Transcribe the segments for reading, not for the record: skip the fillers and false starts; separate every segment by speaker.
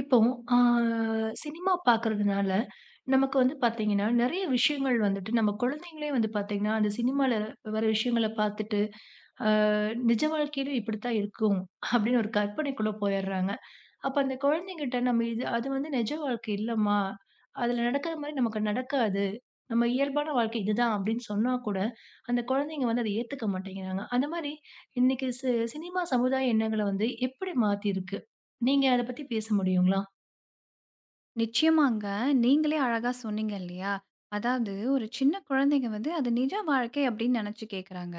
Speaker 1: இப்போ ஆ சினிமா பார்க்கறதுனால, நமக்கு வந்து பார்த்தீங்கன்னா, நெறைய விஷயங்கள் வந்துட்டு நம்ம குழந்தைங்களே வந்து பார்த்தீங்கன்னா, அந்த சினிமால வர விஷயங்கள பார்த்துட்டு, ஆ நிஜ வாழ்க்கையிலயும் இப்படித்தான் இருக்கும் அப்படின்னு ஒரு கற்பனைக்குள்ள போயிடுறாங்க. அப்ப அந்த குழந்தைங்கிட்ட நம்ம இது அது வந்து நிஜ வாழ்க்கை இல்லம்மா, அதுல நடக்கிற மாரி நமக்கு நடக்காது. நம்ம இயல்பான வாழ்க்கை இதுதான் அப்படின்னு சொன்னா கூட, அந்த குழந்தைங்க வந்து அத ஏத்துக்க மாட்டேங்கிறாங்க. அந்த மாரி இன்னைக்கு சினிமா சமுதாய எண்ணங்கள வந்து எப்படி மாத்திருக்கு? நீங்க அத பத்தி பேச முடியுங்களா?
Speaker 2: நிச்சயமாங்க. நீங்களே அழகா சொன்னீங்க இல்லையா? அதாவது ஒரு சின்ன குழந்தைங்க வந்து அது நிஜ வாழ்க்கை அப்படின்னு நெனச்சு கேட்குறாங்க.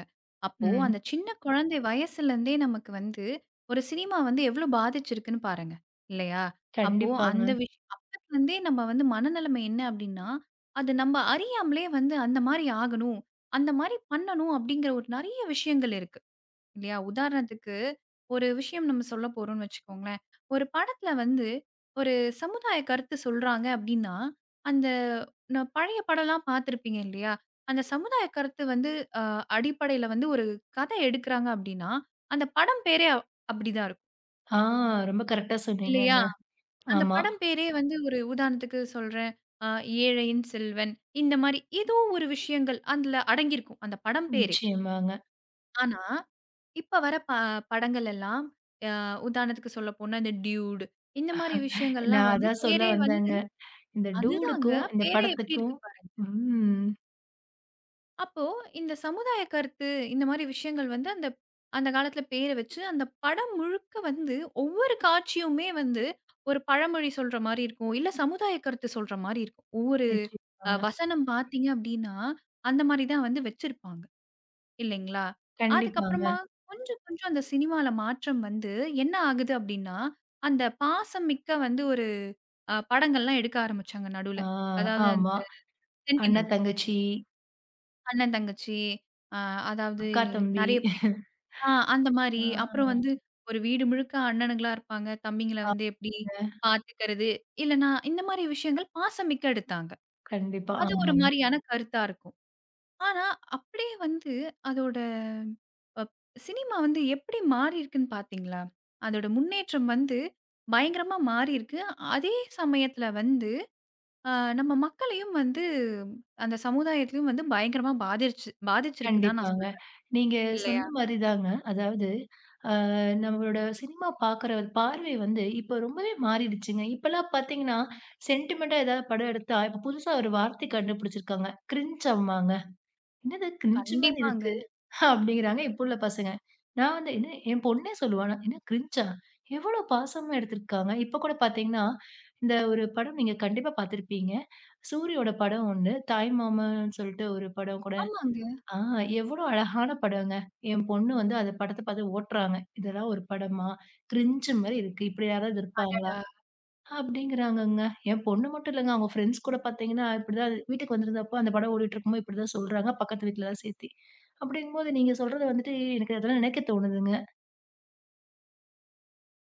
Speaker 2: அப்போ அந்த
Speaker 1: ம்.
Speaker 2: சின்ன குழந்தை வயசுலேருந்தே நமக்கு வந்து ஒரு சினிமா வந்து எவ்ளோ பாதிச்சிருக்குன்னு பாருங்க. இல்லையா? அப்போ
Speaker 1: கண்டிப்பாங்க.
Speaker 2: அந்த அப்பத்துலருந்தே நம்ம வந்து மனநிலைமை என்ன அப்படின்னா, அது நம்ம அறியாமலே வந்து அந்த மாரி ஆகணும், அந்த மாரி பண்ணணும் அப்படிங்கிற ஒரு நெறைய விஷயங்கள் இருக்கு. இல்லையா? உதாரணத்துக்கு, ஒரு விஷயம் நம்ம சொல்ல போறோம்னு வச்சுக்கோங்களேன். ஒரு படத்துல வந்து ஒரு சமுதாய கருத்து சொல்றாங்க அப்டின்னா, அந்த பழைய படம்லாம் பார்த்துருப்பீங்க இல்லையா? அந்த சமுதாய கருத்து வந்து அ அடிப்படையில வந்து ஒரு கதை எடுக்குறாங்க அப்டின்னா, அந்த படம் பேரே அப்டிதான் இருக்கும்.
Speaker 1: ஆ ரொம்ப கரெக்ட்டா
Speaker 2: இல்லையா?
Speaker 1: சொன்னீங்கங்க.
Speaker 2: அந்த
Speaker 1: ஆமா,
Speaker 2: படம் பேரே வந்து ஒரு உதாரணத்துக்கு சொல்றேன். அ "ஏழையின் செல்வன்" இந்த மாரி ஏதோ ஒரு விஷயங்கள் அதுல அடங்கியிருக்கும். அந்த படம் பேரே.
Speaker 1: நிச்சயமாங்க.
Speaker 2: ஆனா, இப்ப வர ப படங்கள் எல்லாம், அ உதாரணத்துக்கு சொல்லப்போனா இந்த டியூட் இந்த மாரி
Speaker 1: நான்
Speaker 2: விஷயங்கள்லாம் வந்து
Speaker 1: அதான் சொல்ல
Speaker 2: பேரே
Speaker 1: வந்தேங்க.
Speaker 2: வந்து
Speaker 1: இந்த
Speaker 2: அதுதாங்க.
Speaker 1: டூடுக்கும், இந்த
Speaker 2: பேரே எப்படி
Speaker 1: படத்துக்கும்
Speaker 2: இருக்கு பாருங்க.
Speaker 1: ம்.
Speaker 2: அப்போ இந்த சமுதாய கருத்து இந்த மாரி விஷயங்கள் வந்து அந்த அந்த காலத்துல பேர வச்சு அந்த படம் முழுக்க வந்து ஒவ்வொரு காட்சியுமே வந்து ஒரு பழமொழி சொல்ற மாரி இருக்கும். இல்ல சமுதாய கருத்து சொல்ற மாரி இருக்கும். ஒவ்வொரு
Speaker 1: நிச்சயமாங்க.
Speaker 2: வசனம் பார்த்தீங்க அப்படின்னா, அந்த மாரி தான் வந்து வச்சிருப்பாங்க. இல்லைங்களா?
Speaker 1: கண்டிப்பாங்க.
Speaker 2: அதுக்கப்புறமா கொஞ்சம் அந்த சினிமால மாற்றம் வந்து என்ன ஆகுது அப்டின்னா, அந்த பாசம் மிக்க வந்து ஒரு படங்கள்லாம் எடுக்க ஆரம்பிச்சாங்க நடுவுல.
Speaker 1: ஆ
Speaker 2: அதாவது அந்த
Speaker 1: ஆமா. அண்ணா,
Speaker 2: சென்டிமென்ட்.
Speaker 1: தங்கச்சி,
Speaker 2: அண்ணன், தங்கச்சி அ அதாவது
Speaker 1: அக்கா, தம்பி.
Speaker 2: நெறைய பேர் அந்த மாரி. அப்புறம்
Speaker 1: ஆ
Speaker 2: வந்து ஒரு வீடு முழுக்க அண்ணனுங்களா இருப்பாங்க. தம்பிங்கள வந்து
Speaker 1: ஆமாங்க.
Speaker 2: எப்டி பார்த்துக்கிறது? இல்லன்னா இந்த மாரி விஷயங்கள் பாசம் மிக்க எடுத்தாங்க.
Speaker 1: கண்டிப்பா.
Speaker 2: அது ஒரு
Speaker 1: ஆமாங்க.
Speaker 2: மாரியான கருத்தா இருக்கும். ஆனா, அப்படியே வந்து அதோட அப் சினிமா வந்து எப்படி மாறியிருக்குன்னு பார்த்தீங்களா? அதோட முன்னேற்றம் வந்து பயங்கரமா மாறியிருக்கு. அதே சமயத்துல வந்து அ நம்ம மக்களையும் வந்து அந்த சமுதாயத்தையும் வந்து பயங்கரமா பாதிச்சிருக்கு தான் நான்
Speaker 1: கண்டிப்பாங்க.
Speaker 2: சொல்வேன்.
Speaker 1: நீங்க
Speaker 2: இல்லையா?
Speaker 1: சொன்ன மாரி தாங்க. அதாவது, அ நம்மளோட சினிமா பார்க்குற பார்வை வந்து இப்ப ரொம்பவே மாறிடுச்சுங்க. இப்பலாம் பார்த்தீங்கன்னா, சென்டிமென்ட்டா ஏதாவது படம் எடுத்தா, இப்ப புதுசா ஒரு வார்த்தை கண்டுபிடிச்சிருக்காங்க. கிரின்ஜ்ம்பாங்க. "என்னது கிரின்ஜ் மாரி
Speaker 2: கண்டிப்பாங்க.
Speaker 1: இருக்கு" அப்படிங்கிறாங்க இப்போ உள்ள பசங்க. நான் வந்து என்ன என் பொண்ணே சொல்லுவா, "என்ன கிரின்ஜா? எவ்வளோ பாசமா எடுத்திருக்காங்க." இப்ப கூட பார்த்தீங்கன்னா, இந்த ஒரு படம் நீங்க கண்டிப்பா பார்த்திருப்பீங்க. சூரியோட படம் ஒண்ணு, தாய்மாமன்னு சொல்லிட்டு ஒரு படம் கூட
Speaker 2: ஆமாங்க.
Speaker 1: ஆ எவ்வளோ அழகான படங்க. என் பொண்ணு வந்து அந்த படத்த பார்த்து ஓட்டுறாங்க. இதெல்லாம் ஒரு படமா? கிரிஞ்சு மாரி இருக்கு. இப்படி யாராவது இருப்பாங்களா?
Speaker 2: அடடா!
Speaker 1: அப்படிங்கிறாங்கங்க. என் பொண்ணு மட்டும் இல்லங்க. அவங்க ஃப்ரெண்ட்ஸ் கூட பார்த்தீங்கன்னா, இப்படிதான் வீட்டுக்கு வந்திருந்தப்போ அந்த படம் ஓடிட்டு இருக்கும்போது இப்படிதான் சொல்றாங்க. பக்கத்து வீட்லலாம் சேர்த்தி. அப்படிங்கும்போது நீங்க சொல்றது வந்துட்டு எனக்கு அதெல்லாம் நினைக்க தோணுதுங்க.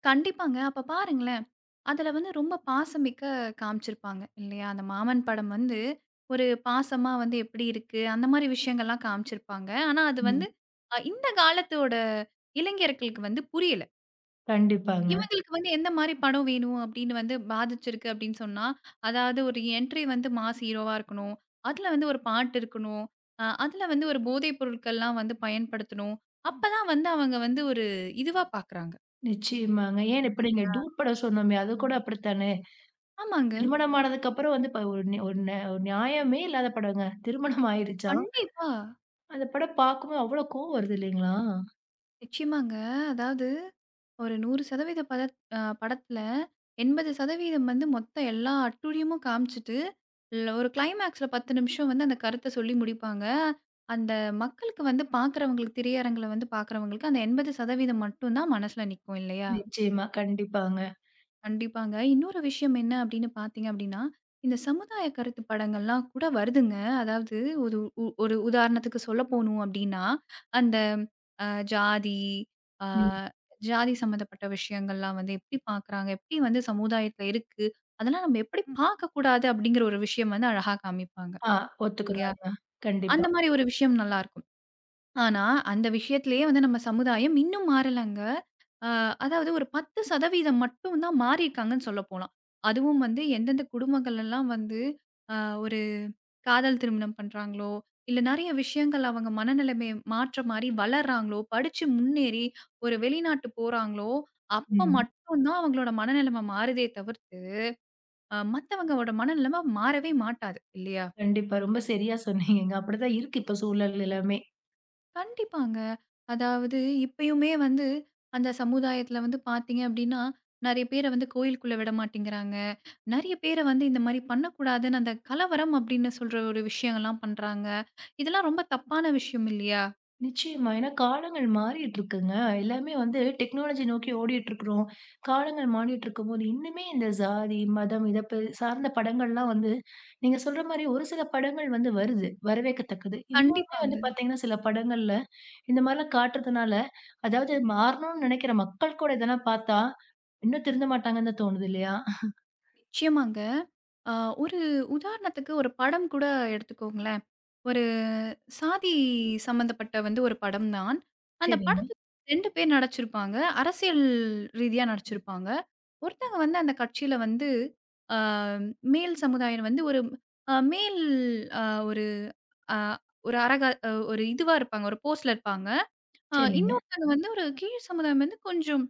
Speaker 2: கண்டிப்பாங்க. அப்ப பாருங்களேன், அதுல வந்து ரொம்ப பாசமிக்க காமிச்சிருப்பாங்க இல்லையா? அந்த மாமன் படம் வந்து ஒரு பாசமா வந்து எப்படி இருக்கு, அந்த மாரி விஷயங்கள்லாம் காமிச்சிருப்பாங்க. ஆனா அது
Speaker 1: ம்.
Speaker 2: வந்து இந்த காலத்தோட இளைஞர்களுக்கு வந்து புரியல.
Speaker 1: கண்டிப்பாங்க.
Speaker 2: இவங்களுக்கு வந்து எந்த மாரி படம் வேணும் அப்படின்னு வந்து பாதிச்சிருக்கு அப்படின்னு சொன்னா, அதாவது ஒரு என்ட்ரி வந்து மாஸ் ஹீரோவா இருக்கணும். அதுல வந்து ஒரு பாட்டு இருக்கணும். அதுல வந்து ஒரு போதைப் பொருட்கள்லாம் வந்து பயன்படுத்தணும். அப்பதான் வந்து அவங்க வந்து ஒரு இதுவா பார்க்குறாங்க.
Speaker 1: நிச்சயமாங்க. ஏன் இப்ப நீங்க டூட் படம் சொன்னோமே, அது கூட அப்படித்தானே?
Speaker 2: ஆமாங்க.
Speaker 1: திருமணம் ஆனதுக்கு அப்புறம் வந்து இப்ப ஒரு நி- ஒரு ந- ஒரு நியாயமே இல்லாத படங்க. திருமணம் ஆயிருச்சா?
Speaker 2: கண்டிப்பா.
Speaker 1: அந்த படம் பார்க்கும்போது அவ்ளோ கோவம் வருது இல்லைங்களா?
Speaker 2: நிச்சயமாங்க. அதாவது ஒரு 100% பதத் அ படத்துல 80% வந்து மொத்த எல்லா அட்டூழியமும் காமிச்சுட்டு, ஒரு கிளைமேக்ஸ்ல 10 நிமிஷம் வந்து அந்த கருத்த சொல்லி முடிப்பாங்க. அந்த மக்களுக்கு வந்து பார்க்குறவங்களுக்கு திரையரங்குல வந்து பார்க்குறவங்களுக்கு அந்த 80% மட்டும் தான் மனசுல நிக்கும் இல்லையா?
Speaker 1: நிச்சயமா, கண்டிப்பாங்க.
Speaker 2: கண்டிப்பாங்க. இன்னொரு விஷயம் என்ன அப்படின்னு பார்த்தீங்க அப்படின்னா, இந்த சமுதாய கருத்து படங்கள்லாம் கூட வருதுங்க. அதாவது ஒரு உதாரணத்துக்கு சொல்ல போணும் அப்படின்னா, அந்த அ ஜாதி அ
Speaker 1: ம்.
Speaker 2: ஜாதி சம்மந்தப்பட்ட விஷயங்கள்லாம் வந்து எப்படி பார்க்குறாங்க? எப்படி வந்து சமுதாயத்தில இருக்கு? அதெல்லாம் நம்ம எப்படி பார்க்கக்கூடாது? அப்படிங்கிற ஒரு விஷயம் வந்து அழகா காமிப்பாங்க.
Speaker 1: ஆ
Speaker 2: இல்லையா?
Speaker 1: ஒத்துக்குறாங்க. கண்டிப்பா.
Speaker 2: அந்த மாரி ஒரு விஷயம் நல்லாருக்கும். ஆனா, அந்த விஷயத்திலேயே வந்து நம்ம சமுதாயம் இன்னும் மாறலங்க. அ அதாவது ஒரு 10% மட்டும் தான் மாறியிருக்காங்கன்னு சொல்லப்போலாம். அதுவும் வந்து எந்தெந்த குடும்பங்கள்லாம் வந்து அ ஒரு காதல் திருமணம் பண்றாங்களோ, இல்ல நெறைய விஷயங்கள் அவங்க மனநிலைமைய மாற்ற மாரி வளர்றாங்களோ, படிச்சு முன்னேறி ஒரு வெளிநாட்டு போறாங்களோ, அப்ப
Speaker 1: ம்.
Speaker 2: மட்டும் தான் அவங்களோட மனநிலைமை மாறுதே தவிர்த்து, மத்தவங்களோட மனநிலைமை மாறவே மாட்டாது இல்லையா?
Speaker 1: கண்டிப்பா. ரொம்ப சரியா சொன்னீங்கங்க. அப்படிதான் இருக்கு இப்ப சூழல் எல்லாமே.
Speaker 2: கண்டிப்பாங்க. அதாவது இப்பயுமே வந்து அந்த சமுதாயத்தில வந்து பார்த்தீங்க அப்டின்னா, நெறைய பேர வந்து கோயிலுக்குள்ள விட மாட்டேங்கிறாங்க. நெறைய பேர வந்து இந்த மாரி பண்ணக்கூடாதுன்னு அந்த கலவரம் அப்டின்னு சொல்ற ஒரு விஷயங்கள்லாம் பண்றாங்க. இதெல்லாம் ரொம்ப தப்பான விஷயம் இல்லையா?
Speaker 1: நிச்சயமா. ஏன்னா காலங்கள் மாறிட்டுருக்குங்க. எல்லாமே வந்து டெக்னாலஜி நோக்கி ஓடிட்டுருக்குறோம். காலங்கள் மாறிட்டுருக்கும்போது, இன்னுமே இந்த ஜாதி, மதம் இத ப சார்ந்த படங்கள்லாம் வந்து நீங்க சொல்ற மாரி ஒரு சில படங்கள் வந்து வருது. வரவேற்கத்தக்கது. இன்னுமே வந்து
Speaker 2: கண்டிப்பாங்க.
Speaker 1: பார்த்தீங்கன்னா, சில படங்கள்ல இந்த மாரிலாம் காட்டுறதுனால, அதாவது மாறணும்னு நினைக்கிற மக்கள் கூட இதெல்லாம் பார்த்தா, இன்னும் திருந்த மாட்டாங்கன்னு தான் தோணுது இல்லையா?
Speaker 2: நிச்சயமாங்க. அ ஒரு உதாரணத்துக்கு ஒரு படம் கூட எடுத்துக்கோங்களேன். ஒரு சாதி சம்மந்தப்பட்ட வந்து ஒரு படம் தான். அந்த
Speaker 1: சரிங்க,
Speaker 2: படத்துல 2 பேர் நடிச்சிருப்பாங்க. அரசியல் ரீதியா நடிச்சிருப்பாங்க. ஒருத்தங்க வந்து அந்த கட்சியில வந்து அ மேல் சமுதாயம் வந்து ஒரு அ மேல் அ ஒரு அ ஒரு அரக அ ஒரு இதுவா இருப்பாங்க. ஒரு போஸ்ட்ல இருப்பாங்க.
Speaker 1: சரிங்க.
Speaker 2: இன்னொருத்தங்க வந்து ஒரு கீழ் சமுதாயம் வந்து கொஞ்சம்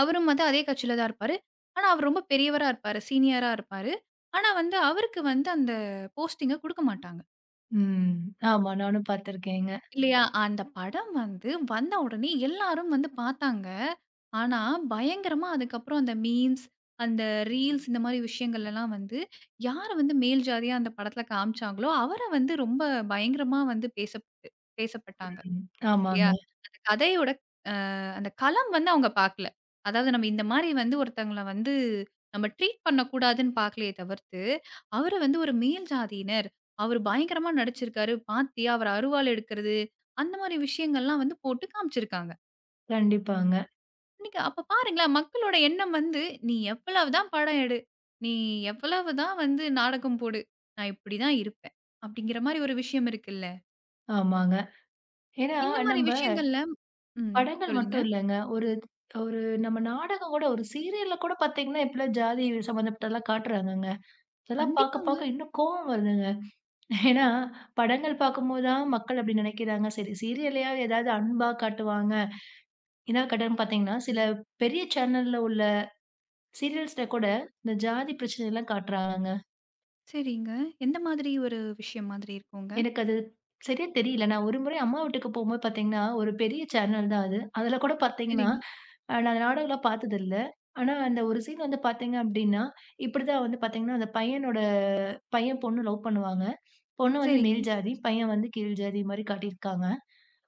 Speaker 2: அவரும் வந்து அதே கட்சியில தான் இருப்பாரு. ஆனா, அவர் ரொம்ப பெரியவரா இருப்பாரு. சீனியரா இருப்பாரு. ஆனா, வந்து அவருக்கு வந்து அந்த போஸ்டிங்க குடுக்க மாட்டாங்க.
Speaker 1: ம். ஆமா. நானும் பார்த்துருக்கேங்க.
Speaker 2: இல்லையா? அந்த படம் வந்து வந்த உடனே எல்லாரும் வந்து பார்த்தாங்க. ஆனா, பயங்கரமா அதுக்கப்புறம் அந்த மீம்ஸ், அந்த ரீல்ஸ் இந்த மாரி விஷயங்கள்லலாம் வந்து, யார் வந்து மேல் ஜாதியா அந்த படத்துல காமிச்சாங்களோ, அவர வந்து ரொம்ப பயங்கரமா வந்து பேசப்பட்டாங்க.
Speaker 1: ம்.
Speaker 2: இல்லையா?
Speaker 1: ஆமாங்க.
Speaker 2: அந்த கதையோட அந்த களம் வந்து அவங்க பார்க்கல. அதாவது நம்ம இந்த மாரி வந்து ஒருத்தங்கள வந்து நம்ம ட்ரீட் பண்ணக்கூடாதுன்னு பார்க்கலயே தவிர்த்து, அவர வந்து ஒரு மேல் ஜாதியினர், அவரு பயங்கரமா நடிச்சிருக்காரு. பார்த்தியா? அவர அருவாள் எடுக்கிறது, அந்த மாரி விஷயங்கள்லாம் வந்து போட்டு காமிச்சிருக்காங்க.
Speaker 1: கண்டிப்பாங்க.
Speaker 2: நீங்க அப்ப பாருங்களேன், மக்களோட எண்ணம் வந்து, "நீ எவ்வளவு தான் படம் எடு, நீ எவ்வளவு தான் வந்து நாடகம் போடு, நான் இப்படி தான் இருப்பேன்." அப்படிங்கிற மாரி ஒரு விஷயம் இருக்குல்ல.
Speaker 1: ஆமாங்க. ஏன்னா
Speaker 2: இந்த மாரி
Speaker 1: நம்ப
Speaker 2: விஷயங்கள்ல ம்.
Speaker 1: படங்கள்
Speaker 2: சொல்லுங்க.
Speaker 1: மட்டும் இல்லங்க. ஒரு ஒரு நம்ம நாடகம் கூட ஒரு சீரியல்ல கூட பார்த்தீங்கன்னா, இப்பலாம் ஜாதி சம்மந்தப்பட்டதெல்லாம் காட்டுறாங்கங்க. அதெல்லாம் பார்க்க
Speaker 2: கண்டிப்பாங்க.
Speaker 1: பார்க்க இன்னும் கோவம் வருதுங்க. ஏன்னா, படங்கள் பார்க்கும்போது தான் மக்கள் அப்படி நினைக்கிறாங்க. சரி சீரியல்லயாவது ஏதாவது அன்பா காட்டுவாங்க. என்ன கட்டணம் பார்த்தீங்கன்னா, சில பெரிய சேனல்ல உள்ள சீரியல்ஸ்ல கூட, இந்த ஜாதி பிரச்சனைலாம் காட்டுறாங்கங்க.
Speaker 2: சரிங்க. எந்த மாதிரி ஒரு விஷயம் மாதிரி இருக்குங்க?
Speaker 1: எனக்கு அது சரியா தெரியல. நான் ஒரு முறை அம்மா வீட்டுக்கு போம்போது பார்த்தீங்கன்னா, ஒரு பெரிய சேனல் தான் அது. அதுல கூட பார்த்தீங்கன்னா,
Speaker 2: சரிங்க,
Speaker 1: நான் அந்த நாடகம்லாம் பார்த்ததில்ல. ஆனா, அந்த ஒரு சீன் வந்து பார்த்தீங்க அப்டின்னா, இப்டிதான் வந்து பார்த்தீங்கன்னா, அந்த பையனோட பையன், பொண்ணு லவ் பண்ணுவாங்க. பொண்ணு வந்து
Speaker 2: சரிங்க,
Speaker 1: மேல் ஜாதி, பையன் வந்து கீழ் ஜாதி மாரி காட்டியிருக்காங்க.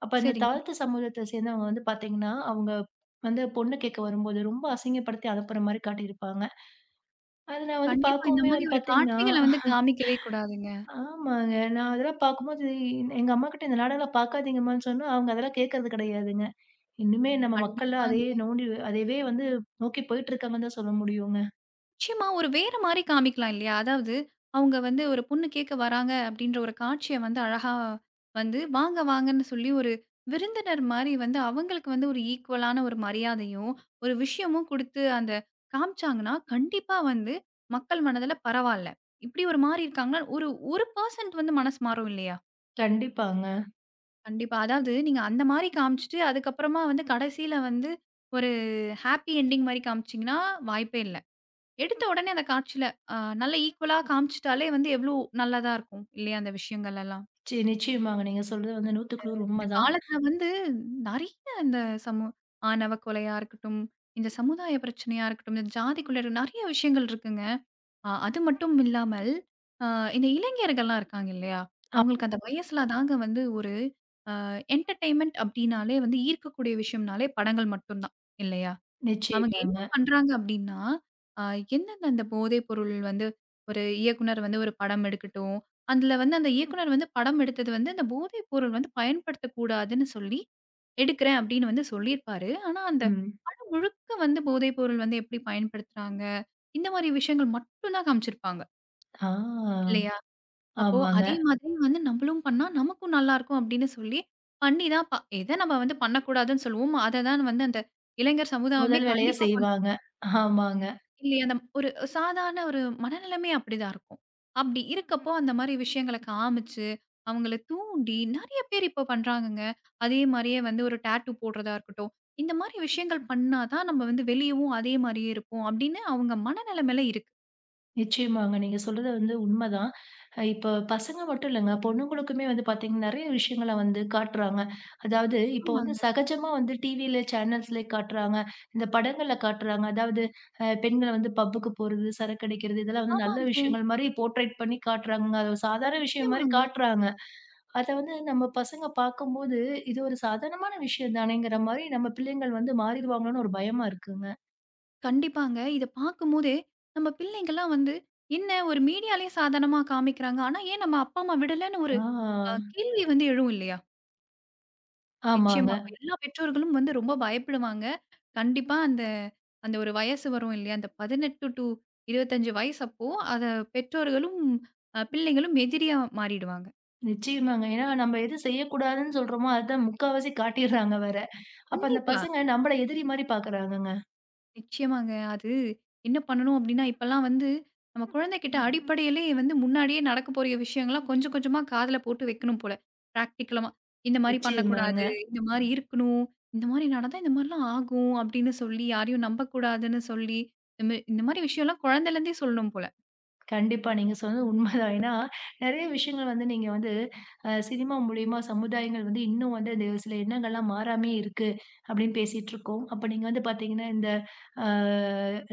Speaker 1: அப்ப அந்த
Speaker 2: சரிங்க.
Speaker 1: தாழ்த்த சமூகத்த சேர்ந்தவங்க வந்து பார்த்தீங்கன்னா, அவங்க வந்து பொண்ணு கேட்க வரும்போது ரொம்ப அசிங்கப்படுத்தி அனுப்புற மாரி காட்டியிருப்பாங்க. அது நான் வந்து
Speaker 2: கண்டிப்பா இந்த
Speaker 1: பார்க்கவுமே
Speaker 2: மாரி
Speaker 1: வந்து
Speaker 2: ஒரு
Speaker 1: பார்த்தீங்கன்னா
Speaker 2: காட்சிகள வந்து காமிக்கவே கூடாதுங்க.
Speaker 1: ஆமாங்க. நான் அதெல்லாம் பார்க்கும்போது எங்க அம்மாகிட்ட இந்த நாடகம்லாம் பார்க்காதீங்கம்மான்னு சொன்னா, அவங்க அதெல்லாம் கேட்கறது கிடையாதுங்க. இன்னுமே நம்ம மக்கள்லாம் அதையே
Speaker 2: கண்டிப்பாங்க.
Speaker 1: நோண்டி அதையவே வந்து நோக்கி போயிட்டுருக்காங்கன்னு தான் சொல்ல முடியுங்க.
Speaker 2: நிச்சயமா ஒரு வேற மாரி காமிக்கலாம் இல்லையா? அதாவது அவங்க வந்து ஒரு பொண்ணு கேட்க வராங்க அப்படின்ற ஒரு காட்சிய வந்து அழகா வந்து வாங்க வாங்கன்னு சொல்லி ஒரு விருந்தினர் மாரி வந்து அவங்களுக்கு வந்து ஒரு ஈக்குவலான ஒரு மரியாதையும், ஒரு விஷயமும் குடுத்து அந்த காமிச்சாங்கன்னா, கண்டிப்பா வந்து மக்கள் மனதுல பரவால்ல. இப்படி ஒரு மாரி இருக்காங்கன்னா ஒரு 1% வந்து மனசு மாறும் இல்லையா?
Speaker 1: கண்டிப்பாங்க.
Speaker 2: கண்டிப்பா. அதாவது நீங்க அந்த மாரி காமிச்சுட்டு, அதுக்கப்புறமா வந்து கடைசியில வந்து ஒரு ஹாப்பி எண்டிங் மாரி காமிச்சீங்கன்னா, வாய்ப்பே இல்ல. எடுத்த உடனே அந்த காட்சியில அ நல்ல ஈக்குவலா காமிச்சுட்டாலே வந்து எவ்ளோ நல்லதா இருக்கும் இல்லையா? அந்த விஷயங்கள் எல்லாம்.
Speaker 1: நிச்சயமாங்க. நீங்க சொல்றது வந்து 100க்கு 100
Speaker 2: இந்த
Speaker 1: உண்மதான்.
Speaker 2: காலத்துல வந்து நெறைய இந்த சமூ ஆணவ கொலையா இருக்கட்டும், இந்த சமுதாய பிரச்சனையா இருக்கட்டும், இந்த ஜாதிக்குள்ள இருக்க நெறைய விஷயங்கள் இருக்குங்க. அது மட்டும் இல்லாமல், அ இந்த இளைஞர்கள்லாம் இருக்காங்க இல்லையா?
Speaker 1: அ
Speaker 2: அவங்களுக்கு அந்த வயசுல தாங்க வந்து ஒரு என்டர்டெயின்மென்ட் அப்டின்னாலே வந்து ஈர்க்கக்கூடிய விஷயம்னாலே படங்கள் மட்டும் தான் இல்லையா? அவங்க என்ன
Speaker 1: நிச்சயமாங்க.
Speaker 2: பண்றாங்க அப்டின்னா, அ எந்தெந்த அந்த போதைப் பொருள் வந்து ஒரு இயக்குனர் வந்து ஒரு படம் எடுக்கட்டும், அதுல வந்து அந்த இயக்குனர் வந்து படம் எடுத்தது வந்து அந்த போதைப் பொருள் வந்து பயன்படுத்தக்கூடாதுன்னு சொல்லி எடுக்கிறேன் அப்டின்னு வந்து சொல்லியிருப்பாரு. ஆனா அந்த
Speaker 1: ம்.
Speaker 2: படம் முழுக்க வந்து போதைப் பொருள் வந்து எப்டி பயன்படுத்துறாங்க, இந்த மாரி விஷயங்கள் மட்டும் தான் காமிச்சிருப்பாங்க
Speaker 1: ஆ
Speaker 2: இல்லையா? அப்போ
Speaker 1: ஆமாங்க.
Speaker 2: அதே மாதிரி வந்து நம்மளும் பண்ணா நமக்கும் நல்லாருக்கும் அப்படின்னு சொல்லி, பண்ணி தான் ப எத நம்ம வந்து பண்ணக்கூடாதுன்னு சொல்லுவோமோ, அத தான் வந்து அந்த இளைஞர் சமுதாயமே
Speaker 1: முதல்
Speaker 2: ம்.
Speaker 1: வேலையா
Speaker 2: கண்டிப்பா பண்ணும்.
Speaker 1: செய்வாங்க. ஆமாங்க.
Speaker 2: இல்லையா? அந்த ஒரு சாதாரண ஒரு மனநிலைமையே அப்படிதான் இருக்கும். அப்படி இருக்கப்போ அந்த மாரி விஷயங்கள காமிச்சு, அவங்கள தூண்டி நெறைய பேர் இப்போ பண்றாங்கங்க. அதே மாரியே வந்து ஒரு டாட்டூ போடுறதா இருக்கட்டும். இந்த மாரி விஷயங்கள் பண்ணா தான் நம்ம வந்து வெளியவும் அதே மாரியே இருப்போம் அப்படின்னு அவங்க மனநிலைமையில இருக்கு.
Speaker 1: நிச்சயமாங்க. நீங்க சொல்றது வந்து உண்மதான். இப்ப பசங்க மட்டும் இல்லங்க. பொண்ணுங்களுக்குமே வந்து பார்த்தீங்கன்னா, நெறைய விஷயங்கள வந்து காட்டுறாங்க. அதாவது இப்போ வந்து
Speaker 2: ஆமாங்க,
Speaker 1: சகஜமா வந்து டிவில, சேனல்ஸ்ல காட்டுறாங்க. இந்த படங்கள்ல காட்டுறாங்க. அதாவது பெண்கள வந்து பப்புக்கு போறது, சரக்கு அடிக்கிறது, இதெல்லாம் வந்து நல்ல
Speaker 2: ஆமாங்க.
Speaker 1: விஷயங்கள் மாரி போர்ட்ரேட் பண்ணி காட்டுறாங்கங்க. அது ஒரு சாதாரண விஷயம் மாரி
Speaker 2: நிச்சயமாங்க.
Speaker 1: காட்டுறாங்க. அத வந்து நம்ம பசங்க பார்க்கும்போது, இது ஒரு சாதாரணமான விஷயம் தானேங்கிற மாரி நம்ம பிள்ளைங்கள் வந்து மாறிடுவாங்களோன்னு ஒரு பயமா இருக்குங்க.
Speaker 2: கண்டிப்பாங்க. இத பார்க்கும்போதே, நம்ம பிள்ளைங்கலாம் வந்து, என்ன ஒரு மீடியாலயே சாதாரணமா காமிக்கிறாங்க. ஆனா, ஏன் நம்ம அப்பா, அம்மா விடலன்னு ஒரு
Speaker 1: ஆ.
Speaker 2: கேள்வி வந்து எழும் இல்லையா? நிச்சயமா.
Speaker 1: ஆமாங்க.
Speaker 2: அப்ப எல்லா பெற்றோர்களும் வந்து ரொம்ப பயப்படுவாங்க. கண்டிப்பா அந்த அந்த ஒரு வயசு வரும் இல்லையா? அந்த 18-25 வயசு அப்போ, அத பெற்றோர்களும், பிள்ளைங்களும் எதிரியா மாறிடுவாங்க.
Speaker 1: நிச்சயமாங்க. ஏன்னா நம்ம எது செய்யக்கூடாதுன்னு சொல்றோமோ, அதான் முக்காவாசி காட்டிர்றாங்க வேற. அப்ப அந்த
Speaker 2: கண்டிப்பா.
Speaker 1: பசங்க நம்மள எதிரி மாரி பார்க்குறாங்கங்க.
Speaker 2: நிச்சயமாங்க. அது என்ன பண்ணணும் அப்டின்னா, இப்பலாம் வந்து நம்ம குழந்தைகிட்ட அடிப்படையிலே வந்து முன்னாடியே நடக்க போற விஷயங்கள்லாம் கொஞ்சம் கொஞ்சமா காதுல போட்டு வைக்கணும் போல. பிராக்டிகலமா. இந்த மாரி
Speaker 1: நிச்சயமாங்க.
Speaker 2: பண்ணக்கூடாது. இந்த மாரி இருக்கணும். இந்த மாரி நடந்தா இந்த மாரிலாம் ஆகும் அப்டின்னு சொல்லி யாரையும் நம்பக்கூடாதுன்னு சொல்லி, இந்த மாரி விஷயம்லாம் குழந்தைலருந்தே சொல்லணும் போல.
Speaker 1: கண்டிப்பா. நீங்க சொன்னது உண்மதான். ஏன்னா, நெறைய விஷயங்கள் வந்து நீங்க வந்து சினிமா மூலியமா சமுதாயங்கள் வந்து இன்னும் வந்து இந்த சில எண்ணங்கள்லாம் மாறாமயே இருக்கு, அப்படின்னு பேசிட்டுருக்கோம். அப்ப நீங்க வந்து பார்த்தீங்கன்னா, இந்த அ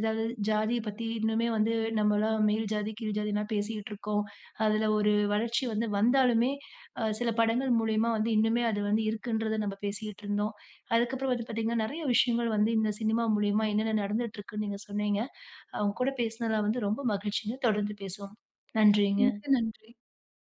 Speaker 1: அதாவது ஜாதிய பத்தி இன்னுமே வந்து நம்மலாம் மேல் ஜாதி, கீழ் ஜாதிலாம் பேசிக்கிட்டுருக்கோம். அதுல ஒரு வளர்ச்சி வந்து வந்தாலுமே, சில படங்கள் மூலியமா வந்து இன்னுமே அது வந்து இருக்குன்றத நம்ம பேசிக்கிட்டு இருந்தோம். அதுக்கப்புறம் வந்து பார்த்தீங்கன்னா, நெறைய விஷயங்கள் வந்து இந்த சினிமா மூலியமா என்னென்ன நடந்துட்டுருக்குன்னு நீங்க சொன்னீங்க. அவங்க கூட பேசினதுல வந்து ரொம்ப மகிழ்ச்சிங்க. தொடர்ந்து பேசுவோம். நன்றிங்க.
Speaker 2: மிக்க நன்றி.